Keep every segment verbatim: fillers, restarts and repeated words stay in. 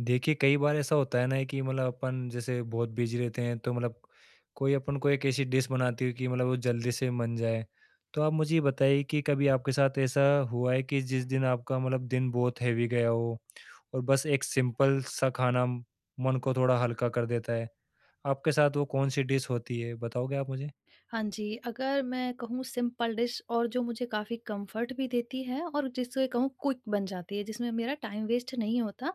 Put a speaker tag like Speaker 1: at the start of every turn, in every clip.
Speaker 1: देखिए, कई बार ऐसा होता है ना कि मतलब अपन जैसे बहुत बिज़ी रहते हैं, तो मतलब कोई अपन को एक ऐसी डिश बनाती हो कि मतलब वो जल्दी से बन जाए। तो आप मुझे ये बताइए कि कभी आपके साथ ऐसा हुआ है कि जिस दिन आपका मतलब दिन बहुत हेवी गया हो और बस एक सिंपल सा खाना म- मन को थोड़ा हल्का कर देता है? आपके साथ वो कौन-सी डिश होती है, बताओगे आप मुझे?
Speaker 2: हाँ जी, अगर मैं कहूँ सिंपल डिश और जो मुझे काफ़ी कंफर्ट भी देती है और जिसे कहूँ क्विक बन जाती है, जिसमें मेरा टाइम वेस्ट नहीं होता।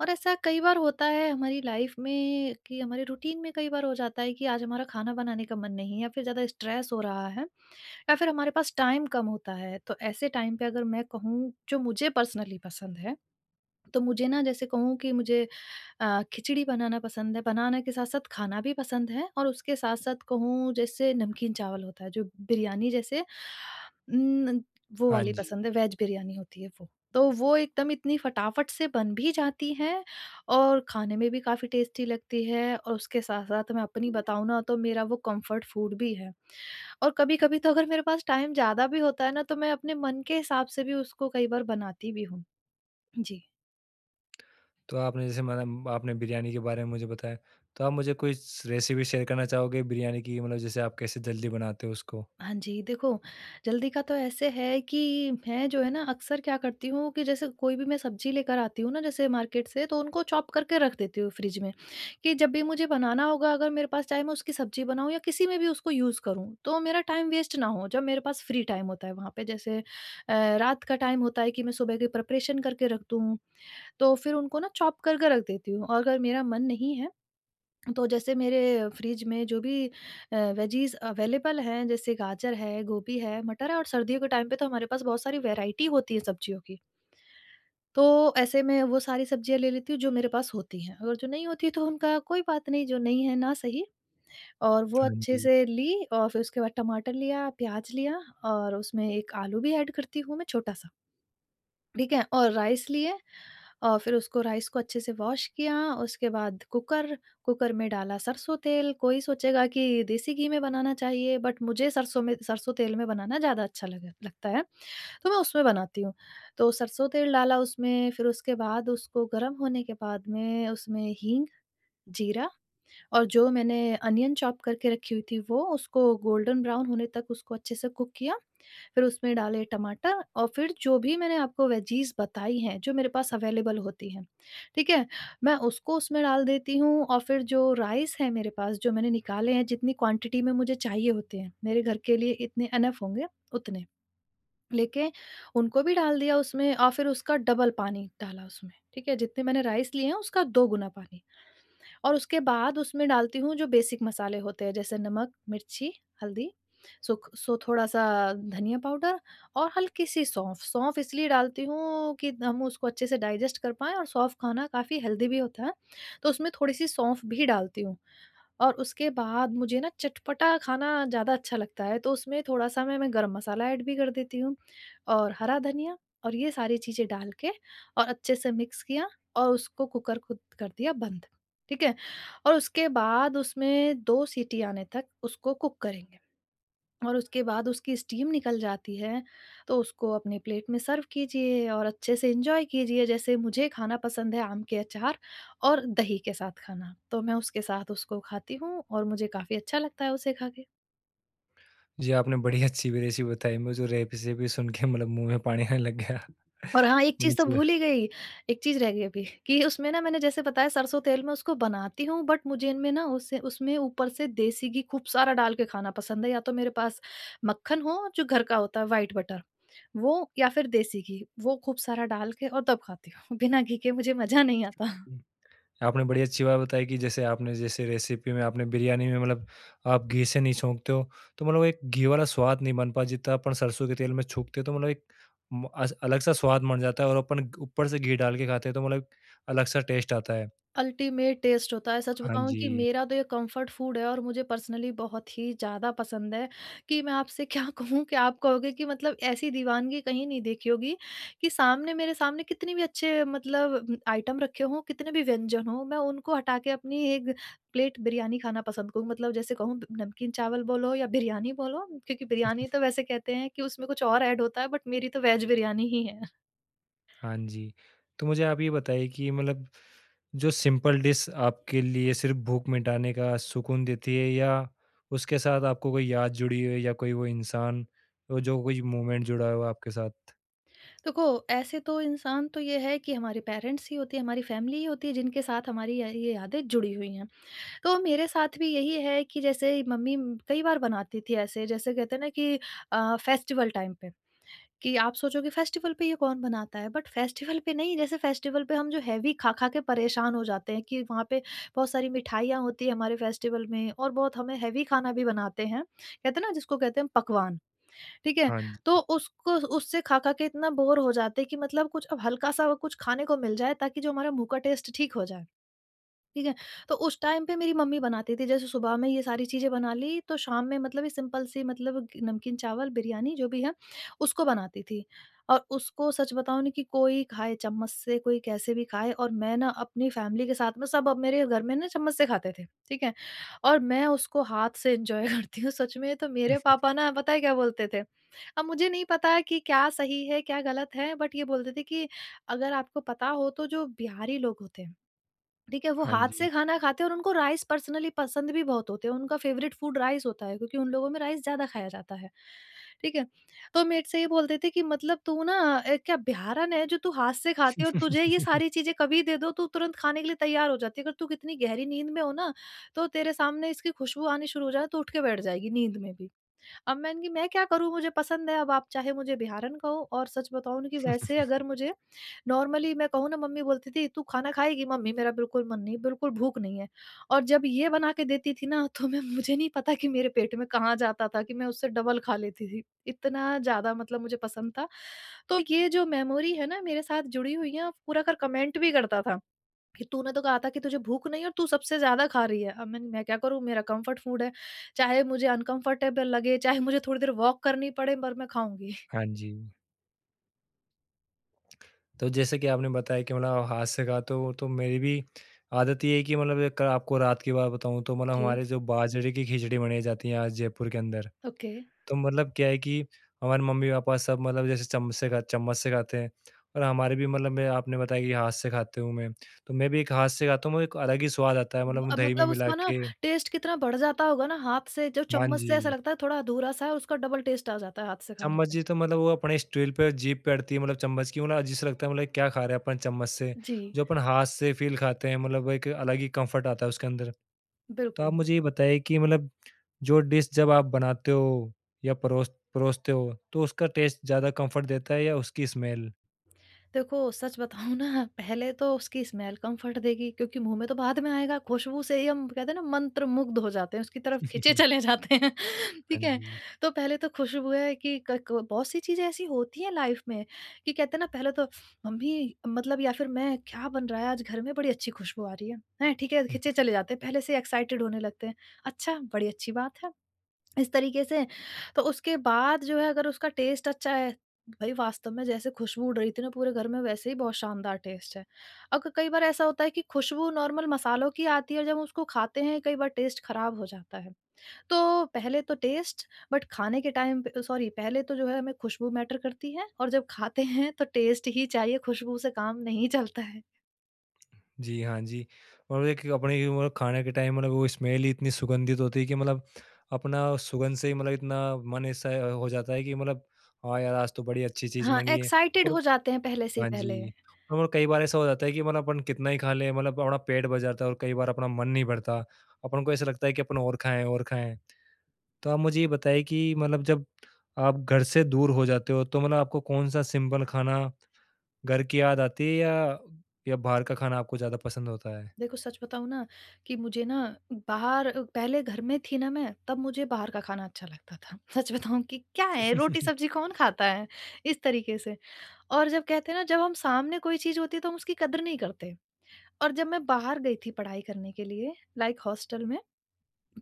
Speaker 2: और ऐसा कई बार होता है हमारी लाइफ में कि हमारे रूटीन में कई बार हो जाता है कि आज हमारा खाना बनाने का मन नहीं है या फिर ज़्यादा स्ट्रेस हो रहा है या फिर हमारे पास टाइम कम होता है। तो ऐसे टाइम पे अगर मैं कहूँ जो मुझे पर्सनली पसंद है, तो मुझे ना जैसे कहूँ कि मुझे अ, खिचड़ी बनाना पसंद है, बनाना के साथ-साथ खाना भी पसंद है और उसके साथ-साथ कहूँ जैसे नमकीन चावल होता है, जो बिरयानी जैसे उम, वो
Speaker 1: हाँ
Speaker 2: वाली
Speaker 1: जी।
Speaker 2: पसंद है, वेज बिरयानी होती है वो। तो वो एकदम इतनी फटाफट से बन भी जाती है और खाने में भी काफ़ी टेस्टी लगती है, और उसके साथ-साथ मैं अपनी बताऊँ ना तो मेरा वो कम्फर्ट फूड भी है। और कभी-कभी तो अगर मेरे पास टाइम ज़्यादा भी होता है ना, तो मैं अपने मन के हिसाब से भी उसको कई बार बनाती भी हूँ। जी।
Speaker 1: तो आपने जैसे मतलब आपने बिरयानी के बारे में मुझे बताया, तो आप मुझे कोई स रेसिपी शेयर करना चाहोगे बिरयानी की मतलब जैसे आप कैसे जल्दी बनाते हो उसको?
Speaker 2: हाँ जी, देखो, जल्दी का तो ऐसे है कि मैं जो है ना अक्सर क्या करती हूँ कि जैसे कोई भी मैं सब्ज़ी लेकर आती हूँ ना जैसे मार्केट से, तो उनको चॉप करके रख देती हूँ फ्रिज में, कि जब भी मुझे बनाना होगा, अगर मेरे पास चाहे मैं उसकी सब्ज़ी बनाऊँ या किसी में भी उसको यूज़ करूँ, तो मेरा टाइम वेस्ट ना हो। जब मेरे पास फ्री टाइम होता है वहाँ पे, जैसे अ, रात का टाइम होता है, कि मैं सुबह की प्रिपरेशन करके रख दूँ, तो फिर उनको ना चॉप करके रख देती हूँ। और अगर मेरा मन नहीं है तो जैसे मेरे फ्रिज में जो भी अ, वेजीज़ अवेलेबल हैं, जैसे गाजर है, गोभी है, मटर है, और सर्दियों के टाइम पे तो हमारे पास बहुत सारी वैराइटी होती है सब्जियों की। तो ऐसे में वो सारी सब्जियाँ ले लेती हूँ जो मेरे पास होती हैं, अगर जो नहीं होती है तो उनका कोई बात नहीं, जो नहीं है ना सही। और वो
Speaker 1: हाँ
Speaker 2: अच्छे
Speaker 1: जी।
Speaker 2: से ली और फिर उसके बाद टमाटर लिया, प्याज़ लिया, और उसमें एक आलू भी ऐड करती हूँ मैं छोटा-सा। ठीक है? और राइस लिए और फिर उसको, राइस को अच्छे से वॉश किया, उसके बाद कुकर, कुकर में डाला सरसों तेल। कोई सोचेगा कि देसी घी में बनाना चाहिए, बट मुझे सरसों में, सरसों तेल में बनाना ज़्यादा अच्छा लग लगता है, तो मैं उसमें बनाती हूँ। तो सरसों तेल डाला उसमें, फिर उसके बाद उसको गरम होने के बाद में उसमें हींग, जीरा, और जो मैंने अनियन चॉप करके रखी हुई थी वो, उसको गोल्डन ब्राउन होने तक उसको अच्छे से कुक किया। फिर उसमें डाले टमाटर, और फिर जो भी मैंने आपको वेजीज़ बताई हैं, जो मेरे पास अवेलेबल होती हैं, ठीक है? मैं उसको उसमें डाल देती हूँ। और फिर जो राइस है मेरे पास, जो मैंने निकाले हैं, जितनी क्वांटिटी में मुझे चाहिए होते हैं, मेरे घर के लिए इतने इनफ होंगे उतने लेके, उनको भी डाल दिया उसमें। और फिर उसका डबल पानी डाला उसमें, ठीक है? जितने मैंने राइस लिए हैं उसका दो गुना पानी। और उसके बाद उसमें डालती हूँ जो बेसिक मसाले होते हैं, जैसे नमक, मिर्ची, हल्दी, सुख सो थोड़ा-सा धनिया पाउडर, और हल्की-सी सौंफ। सौंफ इसलिए डालती हूँ कि हम उसको अच्छे से डाइजेस्ट कर पाएँ, और सौंफ खाना काफ़ी हेल्दी भी होता है, तो उसमें थोड़ी-सी सौंफ भी डालती हूँ। और उसके बाद मुझे ना चटपटा खाना ज़्यादा अच्छा लगता है, तो उसमें थोड़ा-सा मैं मैं गरम मसाला ऐड भी कर देती हूँ, और हरा धनिया, और ये सारी चीज़ें डाल के और अच्छे से मिक्स किया, और उसको, कुकर को कर दिया बंद, ठीक है? और उसके बाद उसमें दो सीटी आने तक उसको कुक करेंगे। और उसके बाद उसकी स्टीम निकल जाती है, तो उसको अपनी प्लेट में सर्व कीजिए और अच्छे से एन्जॉय कीजिए। जैसे मुझे खाना पसंद है आम के अचार और दही के साथ खाना, तो मैं उसके साथ उसको खाती हूँ और मुझे काफ़ी अच्छा लगता है उसे खा के।
Speaker 1: जी, आपने बड़ी अच्छी भी रेसिपी बताई, मुझे रेसिपी सुन के मतलब मुँह में पानी आने लग गया।
Speaker 2: और हाँ, एक चीज़ तो
Speaker 1: मुझे
Speaker 2: भूल ही गई, एक चीज़ रह गई अभी, कि उसमें ना, मैंने जैसे बताया सरसों तेल में उसको बनाती हूँ, बट मुझे इनमें ना उससे, उसमें ऊपर से देसी घी खूब सारा डाल के खाना पसंद है। या तो मेरे पास मक्खन हो जो घर का होता है, व्हाइट बटर, वो, या फिर देसी घी, वो खूब सारा डाल के और तब खाती हूँ। बिना घी के मुझे मज़ा नहीं आता।
Speaker 1: आपने बड़ी अच्छी बात बताई कि जैसे आपने जैसे रेसिपी में आपने बिरयानी में मतलब आप घी से नहीं छौंकते हो, तो मतलब एक घी वाला स्वाद नहीं बन पाता जितना अपन सरसों के तेल में छौंकते हैं, तो मतलब एक म अस अलग सा स्वाद बन जाता है और अपन ऊपर से घी डाल के खाते हैं, तो मतलब अलग सा टेस्ट आता है।
Speaker 2: अल्टीमेट टेस्ट होता है। सच
Speaker 1: हाँ
Speaker 2: बताऊँ, कि
Speaker 1: जी।
Speaker 2: मेरा तो ये कम्फर्ट फ़ूड है और मुझे पर्सनली बहुत ही ज़्यादा पसंद है, कि मैं आपसे क्या कहूँ, कि आप कहोगे कि मतलब ऐसी दीवानगी कहीं नहीं देखी होगी, कि सामने, मेरे सामने कितने भी अच्छे मतलब आइटम रखे हों, कितने भी व्यंजन हों, मैं उनको हटा के अपनी एक प्लेट बिरयानी खाना पसंद करूँ। मतलब जैसे कहूँ, नमकीन चावल बोलो या बिरयानी बोलो, क्योंकि बिरयानी तो वैसे कहते हैं कि उसमें कुछ और ऐड होता है, बट मेरी तो वेज बिरयानी ही है।
Speaker 1: हाँ जी। तो मुझे आप ये बताइए कि मतलब जो सिंपल डिश आपके लिए सिर्फ़ भूख मिटाने का सुकून देती है, या उसके साथ आपको कोई याद जुड़ी हो, या कोई वो इंसान, वो जो कोई मोमेंट जुड़ा हो आपके साथ?
Speaker 2: देखो, ऐसे तो इंसान तो ये है कि हमारे पेरेंट्स ही होते हैं, हमारी फ़ैमिली ही होती है, जिनके साथ हमारी य ये यादें जुड़ी हुई हैं। तो मेरे साथ भी यही है कि जैसे मम्मी कई बार बनाती थी, ऐसे जैसे कहते हैं ना, कि अ, फेस्टिवल टाइम पे, कि आप सोचोगे फेस्टिवल पे ये कौन बनाता है? बट फेस्टिवल पे नहीं, जैसे फेस्टिवल पे हम जो हैवी खा-खा के परेशान हो जाते हैं, कि वहाँ पे बहुत सारी मिठाइयाँ होती हैं हमारे फेस्टिवल में, और बहुत हमें हैवी खाना भी बनाते हैं। कहते हैं ना जिसको कहते हैं पकवान। ठीक है?
Speaker 1: हाँ
Speaker 2: तो
Speaker 1: जी।
Speaker 2: उसको, उससे खा-खा के इतना बोर हो जाते हैं, कि मतलब कुछ अब हल्का-सा कुछ खाने को मिल जाए, ताकि जो हमारा मुँह का टेस्ट ठीक हो जाए। ठीक है, तो उस टाइम पे मेरी मम्मी बनाती थी, जैसे सुबह में ये सारी चीज़ें बना ली, तो शाम में मतलब ये सिंपल सी, मतलब ग- नमकीन चावल, बिरयानी जो भी है, उसको बनाती थी। और उसको, सच बताऊँ ना, कि कोई खाए चम्मच से, कोई कैसे भी खाए, और मैं ना अपनी फैमिली के साथ में, सब अब मेरे घर में ना चम्मच से खाते थे, ठीक है? और मैं उसको हाथ से एन्जॉय करती हूँ सच में। तो मेरे पापा ना, पता है क्या बोलते थे? अब मुझे नहीं पता कि क्या सही है, क्या गलत है, बट ये बोलते थे कि, अगर आपको पता हो, तो जो बिहारी लोग होते हैं, ठीक है, वो
Speaker 1: हाँ
Speaker 2: हाथ
Speaker 1: जी।
Speaker 2: से खाना खाते हैं, और उनको राइस पर्सनली पसंद भी बहुत होते हैं, उनका फ़ेवरेट फ़ूड राइस होता है, क्योंकि उन लोगों में राइस ज़्यादा खाया जाता है। ठीक है, तो मेरे से ये बोलते थे कि, मतलब तू ना अ, क्या बिहारन है, जो तू हाथ से खाती है, और तुझे ये सारी चीज़ें कभी दे दो तू तुरंत खाने के लिए तैयार हो जाती है, अगर तू कितनी गहरी नींद में हो ना, तो तेरे सामने इसकी खुशबू आनी शुरू हो जाए, तो उठ के बैठ जाएगी नींद में भी। अब मैंने, कि मैं क्या करूँ, मुझे पसंद है, अब आप चाहे मुझे बिहारन कहो। और सच बताऊँ ना, कि वैसे अगर मुझे नॉर्मली, मैं कहूँ ना, मम्मी बोलती थी, "तू खाना खाएगी?" "मम्मी, मेरा बिल्कुल मन नहीं, बिल्कुल भूख नहीं है।" और जब ये बना के देती थी ना, तो मैं, मुझे नहीं पता कि मेरे पेट में कहाँ जाता था, कि मैं उससे डबल खा लेती थी। इतना ज़्यादा मतलब मुझे पसंद था। तो ये जो मेमोरी है ना, मेरे साथ जुड़ी हुई है, पूरा कर कमेंट भी करता था कि, "तूने तो कहा था कि तुझे भूख नहीं है, और तू सबसे ज़्यादा खा रही है।" अब मैं मैं क्या करूँ, मेरा कम्फर्ट फूड है, चाहे मुझे अनकम्फर्टेबल लगे, चाहे मुझे थोड़ी देर वॉक करनी पड़े, पर मैं खाऊँगी।
Speaker 1: हाँ जी। तो जैसे कि आपने बताया कि मतलब आप हाथ से खाते हो, तो मेरी भी आदत ये है कि मतलब एक आपको रात की बात बताऊँ तो मतलब
Speaker 2: जी,
Speaker 1: हमारे जो बाजरे की खिचड़ी बनाई जाती है आज जयपुर के अंदर।
Speaker 2: ओके।
Speaker 1: तो मतलब क्या है कि हमारे मम्मी-पापा सब मतलब जैसे चम्मच से खा चम्मच से खाते हैं, और हमारे भी मतलब मैं आपने बताया कि हाथ से खाते हूँ मैं, तो मैं भी एक हाथ से खाता हूँ, वो एक अलग ही स्वाद आता है मतलब
Speaker 2: अ,
Speaker 1: दही में
Speaker 2: मतलब
Speaker 1: मिला
Speaker 2: उसका ना
Speaker 1: के।
Speaker 2: टेस्ट कितना बढ़ जाता होगा ना हाथ से, जो
Speaker 1: हाँ
Speaker 2: चम्मच से ऐसा
Speaker 1: जी,
Speaker 2: लगता है थोड़ा अधूरा-सा है, उसका डबल टेस्ट आ जाता है हाथ से खाने
Speaker 1: चम्मच
Speaker 2: पे।
Speaker 1: जी तो मतलब वो अपने स्टील पे जीभ पे अड़ती है मतलब चम्मच की, मतलब अजीब सा लगता है मतलब क्या खा रहे हैं अपन चम्मच से,
Speaker 2: जी,
Speaker 1: जो अपन हाथ से फ़ील खाते हैं मतलब एक अलग ही कम्फर्ट आता है उसके अंदर। तो आप
Speaker 2: बिल्कुल।
Speaker 1: मुझे ये बताइए कि मतलब जो डिश जब आप बनाते हो या परोस परोसते हो, तो उसका टेस्ट ज़्यादा कम्फर्ट देता है या उसकी स्मेल?
Speaker 2: देखो, सच बताऊँ ना, पहले तो उसकी स्मेल कम्फर्ट देगी, क्योंकि मुँह में तो बाद में आएगा, खुशबू से ही हम कहते हैं ना मंत्रमुग्ध हो जाते हैं, उसकी तरफ खींचे चले जाते हैं।
Speaker 1: हाँ
Speaker 2: ठीक है?
Speaker 1: जी।
Speaker 2: तो पहले तो खुशबू है, कि क क बहुत सी चीज़ें ऐसी होती हैं लाइफ़ में, कि कहते हैं ना पहले तो, मम्मी मतलब, या फिर मैं, क्या बन रहा है आज घर में, बड़ी अच्छी खुशबू आ रही है। हैं? ठीक है,
Speaker 1: हम्म,
Speaker 2: खींचे चले जाते हैं पहले से एक्साइटेड होने लगते हैं। अच्छा, बड़ी अच्छी बात है। इस तरीके से तो उसके बाद जो है, अगर उसका टेस्ट अच्छा है, भई वास्तव में जैसे खुशबू उड़ रही थी ना पूरे घर में, वैसे ही बहुत शानदार टेस्ट है। अब कई बार ऐसा होता है कि खुशबू नॉर्मल मसालों की आती है, और जब हम उसको खाते हैं कई बार टेस्ट खराब हो जाता है। तो पहले तो टेस्ट, बट खाने के टाइम पे, सॉरी, पहले तो जो है हमें खुशबू मैटर करती है, और जब खाते हैं तो टेस्ट ही चाहिए, खुशबू से काम नहीं चलता है।
Speaker 1: जी, हाँ जी। और एक अपने ये मतलब खाने के टाइम मतलब वो स्मेल ही इतनी सुगंधित होती है कि मतलब अपना सुगंध से ही मतलब इतना मन ऐसा हो जाता है कि मतलब हाँ यार, आज तो बड़ी अच्छी चीज़
Speaker 2: हाँ,
Speaker 1: बनी है।
Speaker 2: एक्साइटेड
Speaker 1: और
Speaker 2: हो जाते हैं पहले से ही,
Speaker 1: हाँ
Speaker 2: पहले।
Speaker 1: जी। और मतलब कई बार ऐसा हो जाता है कि मतलब अपन कितना ही खा लें, मतलब अपना पेट भर जाता है और कई बार अपना मन नहीं भरता। अपन को ऐसा लगता है कि अपन और खाएँ, और खाएँ। तो आप मुझे ये बताइए कि मतलब जब आप घर से दूर हो जाते हो, तो मतलब आपको कौन-सा सिंपल खाना घर की याद आती है, या या बाहर का खाना आपको ज़्यादा पसंद होता है?
Speaker 2: देखो, सच बताऊँ ना, कि मुझे ना, बाहर, पहले घर में थी ना मैं, तब मुझे बाहर का खाना अच्छा लगता था। सच बताऊँ, कि क्या है, रोटी-सब्ज़ी कौन खाता है? इस तरीके से। और जब कहते हैं ना, जब हम सामने कोई चीज़ होती है तो हम उसकी कदर नहीं करते। और जब मैं बाहर गई थी पढ़ाई करने के लिए, लाइक हॉस्टल में,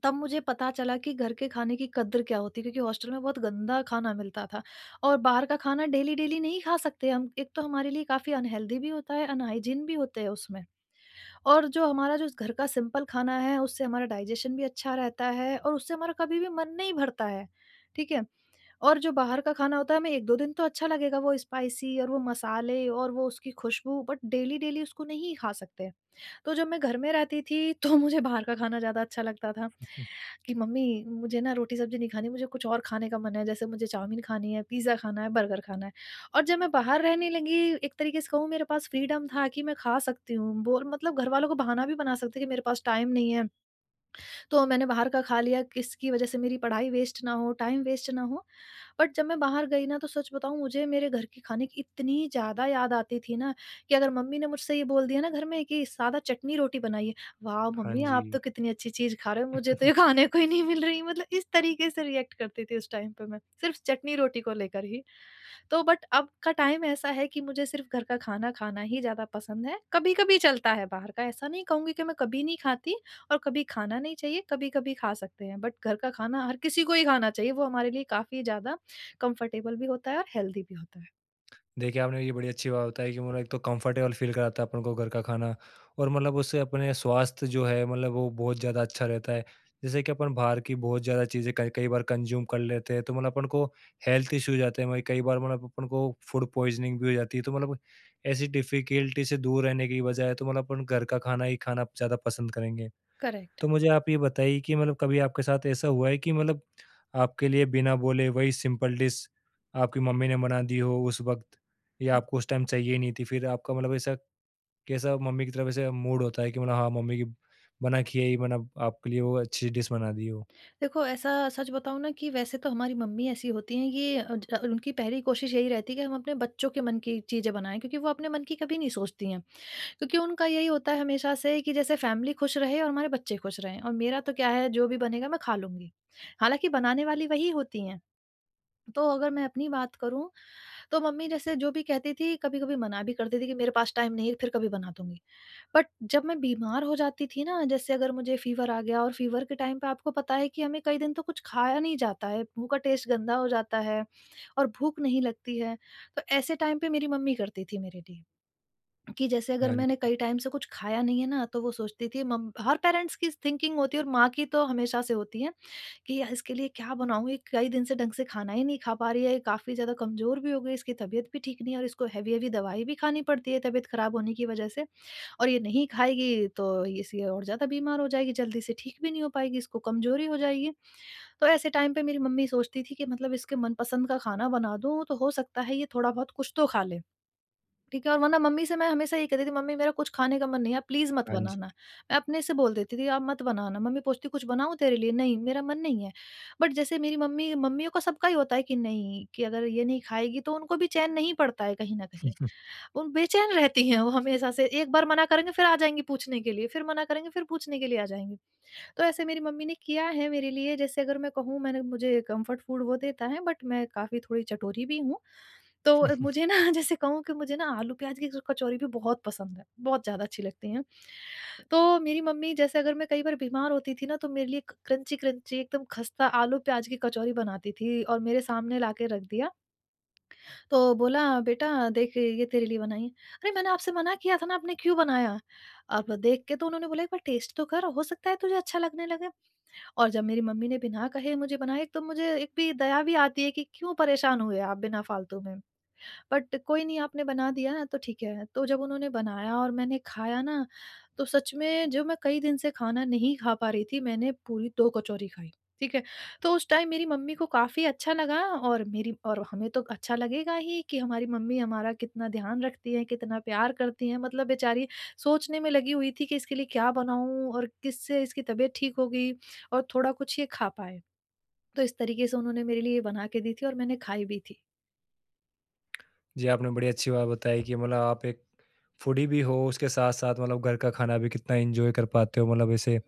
Speaker 2: तब मुझे पता चला कि घर के खाने की कद्र क्या होती है, क्योंकि हॉस्टल में बहुत गंदा खाना मिलता था। और बाहर का खाना डेली डेली नहीं खा सकते हम, एक तो हमारे लिए काफ़ी अनहेल्दी भी होता है, अनहाइजीन भी होते हैं उसमें। और जो हमारा, जो घर का सिंपल खाना है, उससे हमारा डाइजेशन भी अच्छा रहता है, और उससे हमारा कभी भी मन नहीं भरता है। ठीक है। और जो बाहर का खाना होता है, हमें एक दो दिन तो अच्छा लगेगा, वो स्पाइसी और वो मसाले और वो उसकी खुशबू, बट डेली-डेली उसको नहीं खा सकते। तो जब मैं घर में रहती थी तो मुझे बाहर का खाना ज़्यादा अच्छा लगता था, कि मम्मी मुझे ना रोटी-सब्ज़ी नहीं खानी, मुझे कुछ और खाने का मन है, जैसे मुझे चाउमीन खानी है, पिज़्ज़ा खाना है, बर्गर खाना है। और जब मैं बाहर रहने लगी, एक तरीके से कहूँ, मेरे पास फ्रीडम था कि मैं खा सकती हूँ, बोल, मतलब घरवालों को बहाना भी बना सकती कि मेरे पास टाइम नहीं है। तो मैंने बाहर का खा लिया, किसकी वजह से मेरी पढ़ाई वेस्ट ना हो, टाइम वेस्ट ना हो। बट जब मैं बाहर गई ना, तो सच बताऊँ, मुझे मेरे घर के खाने की इतनी ज़्यादा याद आती थी ना, कि अगर मम्मी ने मुझसे ये बोल दिया ना घर में कि सादा चटनी रोटी बनाइए, वाह
Speaker 1: हाँ
Speaker 2: मम्मी,
Speaker 1: जी।
Speaker 2: आप तो कितनी अच्छी चीज़ खा रहे हो, मुझे तो ये खाने को ही नहीं मिल रही। मतलब इस तरीके से रिएक्ट करती थी उस टाइम पे मैं, सिर्फ़ चटनी रोटी को लेकर ही। तो बट अब का टाइम ऐसा है कि मुझे सिर्फ़ घर का खाना खाना ही ज़्यादा पसंद है। कभी-कभी चलता है बाहर का, ऐसा नहीं कहूँगी कि मैं कभी नहीं खाती और कभी खाना नहीं चाहिए, कभी-कभी खा सकते हैं, बट घर का खाना हर किसी को ही खाना चाहिए, वो हमारे लिए काफ़ी ज़्यादा कंफर्टेबल भी होता है और हेल्दी भी होता है।
Speaker 1: देखिए, आपने ये बड़ी अच्छी बात बताई कि मतलब एक तो कंफर्टेबल फ़ील कराता है अपन को घर का खाना, और मतलब उससे अपने स्वास्थ्य जो है मतलब वो बहुत ज़्यादा अच्छा रहता है। जैसे कि अपन बाहर की बहुत ज़्यादा चीज़ें कई कई बार कंज़्यूम कर लेते हैं, तो मतलब अपन को हेल्थ इश्यूज़ आते हैं। वहीं कई बार मतलब अपन को फूड पॉइज़निंग भी हो जाती है। तो मतलब ऐसी डिफ़िकल्टी से दूर रहने की बजाय तो मतलब अपन घर का खाना ही खाना ज़्यादा पसंद करेंगे।
Speaker 2: करेक्ट।
Speaker 1: तो मुझे आप ये बताइए कि मतलब कभी आपके साथ ऐसा हुआ है कि मतलब आपके लिए बिना बोले वही सिंपल डिश आपकी मम्मी ने बना दी हो उस वक़्त, या आपको उस टाइम चाहिए ही नहीं थी, फिर आपका मतलब ऐसा कैसा मम्मी की तरफ ऐसा मूड होता है कि मतलब हाँ, मम्मी की बना खिया ही मतलब आपके लिए वो अच्छी डिश बना दी हो?
Speaker 2: देखो, ऐसा सच बताऊँ ना, कि वैसे तो हमारी मम्मी ऐसी होती हैं कि अ, ज उनकी पहली कोशिश यही रहती है कि हम अपने बच्चों के मन की चीज़ें बनाएँ, क्योंकि वो अपने मन की कभी नहीं सोचती हैं। क्योंकि उनका यही होता है हमेशा से, कि जैसे फैमिली खुश रहे और हमारे बच्चे खुश रहें, और मेरा तो क्या है, जो भी बनेगा मैं खा लूँगी। हालाँकि बनाने वाली वही होती हैं। तो अगर मैं अपनी बात करूँ, तो मम्मी जैसे जो भी कहती थी, कभी-कभी मना भी करती थी कि मेरे पास टाइम नहीं है, फिर कभी बना दूँगी। बट जब मैं बीमार हो जाती थी ना, जैसे अगर मुझे फीवर आ गया, और फीवर के टाइम पे आपको पता है कि हमें कई दिन तो कुछ खाया नहीं जाता है, मुँह का टेस्ट गंदा हो जाता है और भूख नहीं लगती है। तो ऐसे टाइम पे मेरी मम्मी करती थी मेरे लिए, कि जैसे अगर
Speaker 1: हाँ,
Speaker 2: मैंने
Speaker 1: जी,
Speaker 2: कई टाइम से कुछ खाया नहीं है ना, तो वो सोचती थी, मम हर पेरेंट्स की थिंकिंग होती है, और माँ की तो हमेशा से होती है। कि या इसके लिए क्या बनाऊँ? ये कई दिन से ढंग से खाना ही नहीं खा पा रही है, ये काफ़ी ज़्यादा कमज़ोर भी हो गई, इसकी तबीयत भी ठीक नहीं है, और इसको हेवी-हेवी दवाई भी खानी पड़ती है तबीयत खराब होने की वज़ह से, और ये नहीं खाएगी तो इसलिए और ज़्यादा बीमार हो जाएगी, जल्दी से ठीक भी नहीं हो पाएगी, इसको कमज़ोरी हो जाएगी। तो ऐसे टाइम पे मेरी मम्मी सोचती थी कि मतलब इसके मनपसंद का खाना बना दूँ, तो हो सकता है ये थोड़ा बहुत कुछ तो खा ले। ठीक है, और वरना मम्मी से मैं हमेशा ये कहती थी, "मम्मी, मेरा कुछ खाने का मन नहीं है, आप प्लीज़ मत
Speaker 1: हाँ जी।
Speaker 2: बनाना।" मैं अपने से बोल देती थी, "आप मत बनाना।" मम्मी पूछती, "कुछ बनाऊँ तेरे लिए?" "नहीं, मेरा मन नहीं है।" बट जैसे मेरी मम्मी, मम्मियों का सबका ही होता है कि नहीं, कि अगर ये नहीं खाएगी तो उनको भी चैन नहीं पड़ता है कहीं न कहीं। वो बेचैन रहती हैं वो हमेशा से, एक बार मना करेंगे, फिर आ जाएँगी पूछने के लिए, फिर मना करेंगे, फिर पूछने के लिए आ जाएँगी। तो ऐसे मेरी मम्मी ने किया है मेरे लिए, जैसे अगर मैं कहूँ, मैंने, मुझे कम्फर्ट फूड वो देता है, बट मैं काफ़ी थोड़ी चटोरी भी हूँ। तो मुझे ना जैसे कहूँ कि मुझे ना आलू प्याज़ की कचौरी भी बहुत पसंद है, बहुत ज़्यादा अच्छी लगती हैं। तो मेरी मम्मी, जैसे अगर मैं कई बार बीमार होती थी ना, तो मेरे लिए क क्रंची क्रंची एकदम खस्ता आलू प्याज़ की कचौरी बनाती थी, और मेरे सामने लाके रख दिया। तो बोला, बेटा देख, ये तेरे लिए बनाई है। अरे, मैंने आपसे मना किया था ना, आपने क्यों बनाया? अब देख के तो उन्होंने बोला, एक बार टेस्ट तो कर, हो सकता है तुझे अच्छा लगने लगे। और जब मेरी मम्मी ने बिना कहे मुझे बनाए, तो मुझे एक भी दया भी आती है कि क्यों परेशान हुए आप बिना फालतू में। बट कोई नहीं, आपने बना दिया ना तो ठीक है। तो जब उन्होंने बनाया और मैंने खाया ना, तो सच में, जो मैं कई दिन से खाना नहीं खा पा रही थी, मैंने पूरी दो कचौरी खाई, ठीक है। तो उस टाइम मेरी मम्मी को काफ़ी अच्छा लगा, और मेरी, और हमें तो अच्छा लगेगा ही कि हमारी मम्मी हमारा कितना ध्यान रखती हैं, कितना प्यार करती हैं। मतलब बेचारी सोचने में लगी हुई थी कि इसके लिए क्या बनाऊँ, और किससे इसकी तबीयत ठीक होगी, और थोड़ा कुछ ये खा पाए। तो इस तरीके से उन्होंने मेरे लिए बना के दी थी, और मैंने खाई भी थी।
Speaker 1: जी, आपने बड़ी अच्छी बात बताई कि मतलब आप एक फूडी भी हो, उसके साथ-साथ मतलब घर का खाना भी कितना एन्जॉय कर पाते हो। मतलब ऐसे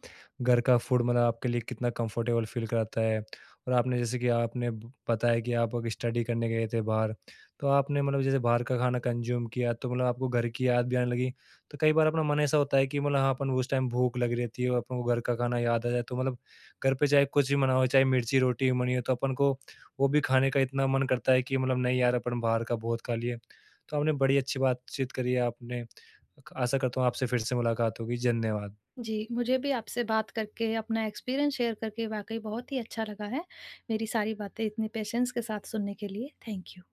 Speaker 1: घर का फूड मतलब आपके लिए कितना कंफर्टेबल फ़ील कराता है। और आपने जैसे कि आपने ब बताया कि आप अग स्टडी करने गए थे बाहर, तो आपने मतलब जैसे बाहर का खाना कंज़्यूम किया, तो मतलब आपको घर की याद भी आने लगी। तो कई बार अपना मन ऐसा होता है कि मतलब हाँ, अपन उस टाइम भूख लगी रहती है और अपन को घर का खाना याद आ जाए, तो मतलब घर पे चाहे कुछ भी बना हो, चाहे मिर्ची रोटी बनी हो, तो अपन को वो भी खाने का इतना मन करता है कि मतलब नहीं यार अपन बाहर का बहुत खा लिए। तो आपने बड़ी अच्छी बातचीत करी है आपने। आशा करता हूँ आपसे फिर से मुलाकात होगी। धन्यवाद।
Speaker 2: जी, मुझे भी आपसे बात करके, अपना एक्सपीरियंस शेयर करके वाक़ई बहुत ही अच्छा लगा है। मेरी सारी बातें इतने पेशेंस के साथ सुनने के लिए, थैंक यू।